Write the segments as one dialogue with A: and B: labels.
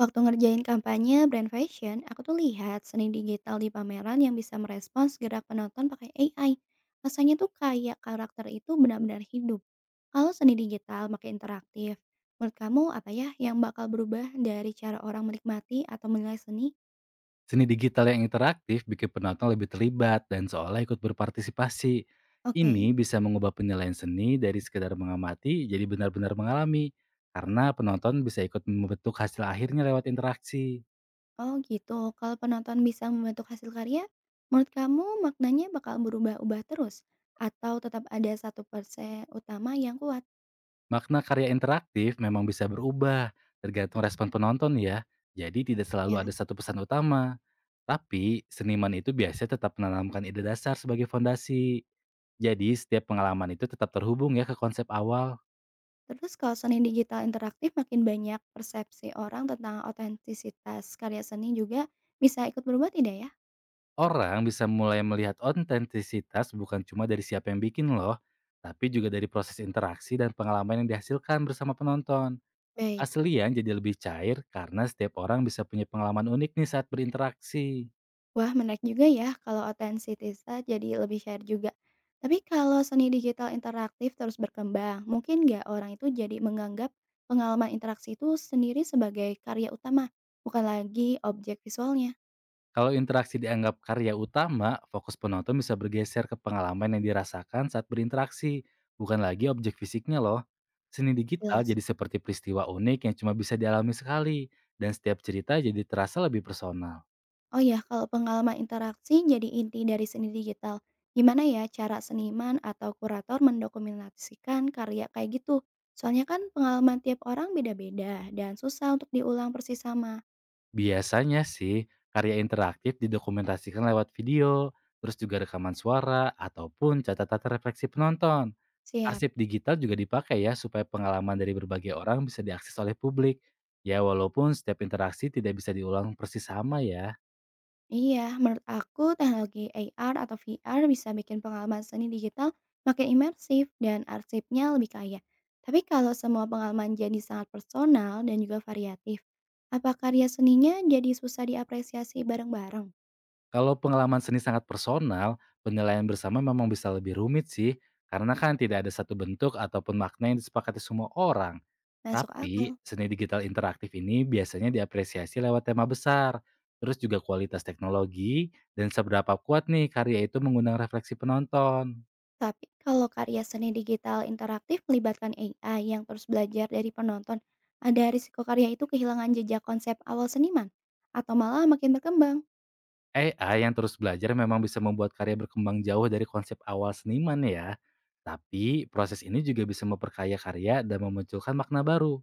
A: Waktu ngerjain kampanye brand fashion, aku tuh lihat seni digital di pameran yang bisa merespons gerak penonton pakai AI. Rasanya tuh kayak karakter itu benar-benar hidup. Kalau seni digital makin interaktif, menurut kamu apa ya yang bakal berubah dari cara orang menikmati atau menilai seni?
B: Seni digital yang interaktif bikin penonton lebih terlibat dan seolah ikut berpartisipasi. Ini
A: Oke,
B: bisa mengubah penilaian seni dari sekedar mengamati jadi benar-benar mengalami. Karena penonton bisa ikut membentuk hasil akhirnya lewat interaksi.
A: oh gitu. Kalau penonton bisa membentuk hasil karya, menurut kamu maknanya bakal berubah-ubah terus? Atau tetap ada satu persen utama yang kuat?
B: Makna karya interaktif memang bisa berubah tergantung respon penonton ya. Jadi tidak selalu
A: Ya.
B: ada satu pesan utama. Tapi seniman itu biasanya tetap menanamkan ide dasar sebagai fondasi. Jadi setiap pengalaman itu tetap terhubung ya ke konsep awal.
A: Terus kalau seni digital interaktif makin banyak persepsi orang tentang otentisitas karya seni juga bisa ikut berubah tidak ya?
B: Orang bisa mulai melihat otentisitas bukan cuma dari siapa yang bikin loh, tapi juga dari proses interaksi dan pengalaman yang dihasilkan bersama penonton.
A: Baik.
B: Aslian jadi lebih cair karena setiap orang bisa punya pengalaman unik nih saat berinteraksi.
A: Wah, menarik juga ya kalau otentisitas jadi lebih share juga. Tapi kalau seni digital interaktif terus berkembang, mungkin nggak orang itu jadi menganggap pengalaman interaksi itu sendiri sebagai karya utama, bukan lagi objek visualnya.
B: Kalau interaksi dianggap karya utama, fokus penonton bisa bergeser ke pengalaman yang dirasakan saat berinteraksi, bukan lagi objek fisiknya loh. Seni digital
A: Jelas.
B: jadi seperti peristiwa unik yang cuma bisa dialami sekali, dan setiap cerita jadi terasa lebih personal.
A: Oh ya, kalau pengalaman interaksi jadi inti dari seni digital, gimana ya cara seniman atau kurator mendokumentasikan karya kayak gitu? Soalnya kan pengalaman tiap orang beda-beda dan susah untuk diulang persis sama.
B: Biasanya sih, karya interaktif didokumentasikan lewat video, terus juga rekaman suara, ataupun catatan refleksi penonton.
A: Siap.
B: Arsip digital juga dipakai ya, supaya pengalaman dari berbagai orang bisa diakses oleh publik. Ya, walaupun setiap interaksi tidak bisa diulang persis sama ya.
A: Iya, menurut aku teknologi AR atau VR bisa bikin pengalaman seni digital makin imersif dan arsipnya lebih kaya. Tapi kalau semua pengalaman jadi sangat personal dan juga variatif, apa karya seninya jadi susah diapresiasi bareng-bareng?
B: Kalau pengalaman seni sangat personal, penilaian bersama memang bisa lebih rumit sih, karena kan tidak ada satu bentuk ataupun makna yang disepakati semua orang.
A: Masuk
B: Tapi,
A: akal.
B: seni digital interaktif ini biasanya diapresiasi lewat tema besar, terus juga kualitas teknologi, dan seberapa kuat nih karya itu mengundang refleksi penonton.
A: Tapi kalau karya seni digital interaktif melibatkan AI yang terus belajar dari penonton, ada risiko karya itu kehilangan jejak konsep awal seniman? Atau malah makin berkembang?
B: AI yang terus belajar memang bisa membuat karya berkembang jauh dari konsep awal seniman ya. Tapi, proses ini juga bisa memperkaya karya dan memunculkan makna baru.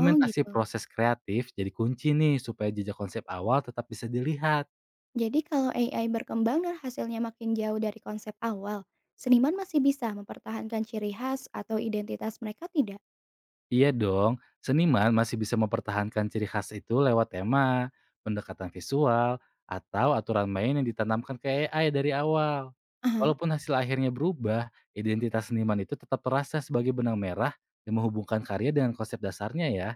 A: Oh gitu.
B: proses kreatif jadi kunci nih supaya jejak konsep awal tetap bisa dilihat.
A: Jadi kalau AI berkembang dan hasilnya makin jauh dari konsep awal, seniman masih bisa mempertahankan ciri khas atau identitas mereka tidak?
B: Iya dong, seniman masih bisa mempertahankan ciri khas itu lewat tema, pendekatan visual, atau aturan main yang ditanamkan ke AI dari awal.
A: Aha.
B: Walaupun hasil akhirnya berubah, identitas seniman itu tetap terasa sebagai benang merah yang menghubungkan karya dengan konsep dasarnya ya.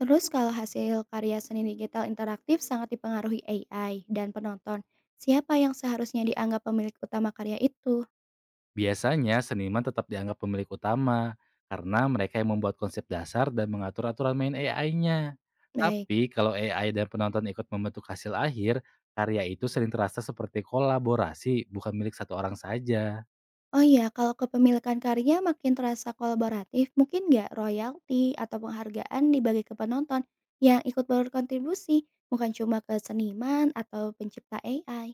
A: Terus kalau hasil karya seni digital interaktif sangat dipengaruhi AI dan penonton, siapa yang seharusnya dianggap pemilik utama karya itu?
B: Biasanya seniman tetap dianggap pemilik utama karena mereka yang membuat konsep dasar dan mengatur aturan main AI-nya.
A: Baik.
B: Tapi kalau AI dan penonton ikut membentuk hasil akhir, karya itu sering terasa seperti kolaborasi, bukan milik satu orang saja.
A: Oh iya, kalau kepemilikan karya makin terasa kolaboratif, mungkin nggak royalti atau penghargaan dibagi ke penonton yang ikut berkontribusi, bukan cuma ke seniman atau pencipta AI.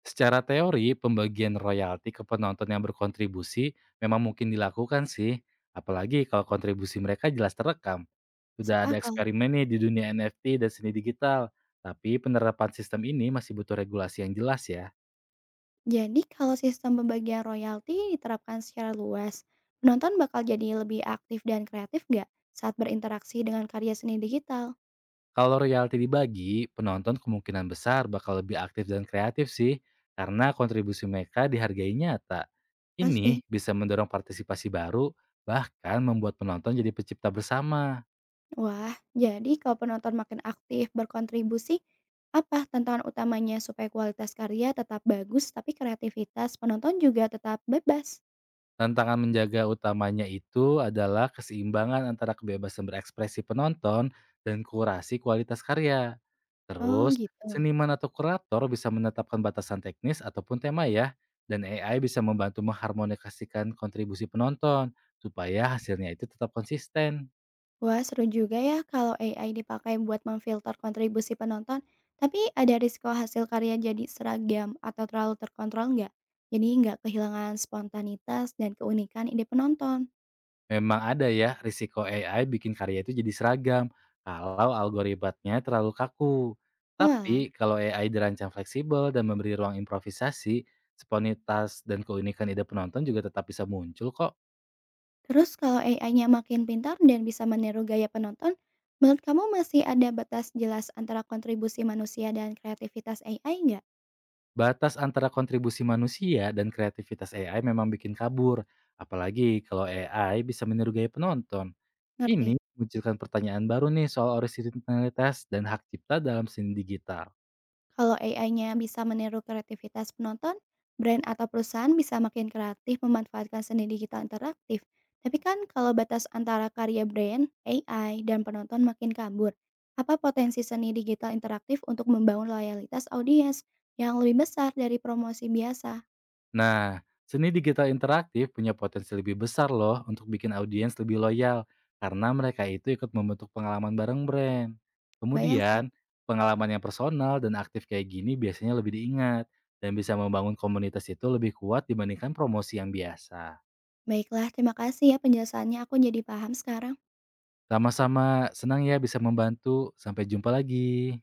B: Secara teori, pembagian royalti ke penonton yang berkontribusi memang mungkin dilakukan sih, apalagi kalau kontribusi mereka jelas terekam.
A: Masuk
B: Sudah ada
A: akal.
B: eksperimen nih di dunia NFT dan seni digital, tapi penerapan sistem ini masih butuh regulasi yang jelas ya.
A: Jadi kalau sistem pembagian royalti diterapkan secara luas, penonton bakal jadi lebih aktif dan kreatif nggak saat berinteraksi dengan karya seni digital?
B: Kalau royalti dibagi, penonton kemungkinan besar bakal lebih aktif dan kreatif sih, karena kontribusi mereka dihargai nyata.
A: Pasti.
B: Ini bisa mendorong partisipasi baru, bahkan membuat penonton jadi pencipta bersama.
A: Wah, jadi kalau penonton makin aktif berkontribusi, apa tantangan utamanya supaya kualitas karya tetap bagus tapi kreativitas penonton juga tetap bebas?
B: Tantangan menjaga utamanya itu adalah keseimbangan antara kebebasan berekspresi penonton dan kurasi kualitas karya.
A: Oh
B: Terus,
A: gitu.
B: seniman atau kurator bisa menetapkan batasan teknis ataupun tema ya, dan AI bisa membantu mengharmonikasikan kontribusi penonton, supaya hasilnya itu tetap konsisten.
A: Wah, seru juga ya kalau AI dipakai buat memfilter kontribusi penonton, tapi ada risiko hasil karya jadi seragam atau terlalu terkontrol nggak? Jadi nggak kehilangan spontanitas dan keunikan ide penonton.
B: Memang ada ya, risiko AI bikin karya itu jadi seragam, kalau algoritmanya terlalu kaku.
A: Oh.
B: Tapi, kalau AI dirancang fleksibel dan memberi ruang improvisasi, spontanitas dan keunikan ide penonton juga tetap bisa muncul kok.
A: Terus kalau AI-nya makin pintar dan bisa meniru gaya penonton, menurut kamu masih ada batas jelas antara kontribusi manusia dan kreativitas AI nggak?
B: Batas antara kontribusi manusia dan kreativitas AI memang bikin kabur, apalagi kalau AI bisa meniru gaya penonton.
A: Ngerti?
B: Ini munculkan pertanyaan baru nih soal originalitas dan hak cipta dalam seni digital.
A: Kalau AI-nya bisa meniru kreativitas penonton, brand atau perusahaan bisa makin kreatif memanfaatkan seni digital interaktif. Tapi kan kalau batas antara karya brand, AI, dan penonton makin kabur, apa potensi seni digital interaktif untuk membangun loyalitas audiens yang lebih besar dari promosi biasa?
B: Nah, seni digital interaktif punya potensi lebih besar loh untuk bikin audiens lebih loyal karena mereka itu ikut membentuk pengalaman bareng brand.
A: Bayang sih.
B: Kemudian, pengalaman yang personal dan aktif kayak gini biasanya lebih diingat dan bisa membangun komunitas itu lebih kuat dibandingkan promosi yang biasa.
A: Baiklah, terima kasih ya penjelasannya. Aku jadi paham sekarang.
B: Sama-sama, senang ya bisa membantu. Sampai jumpa lagi.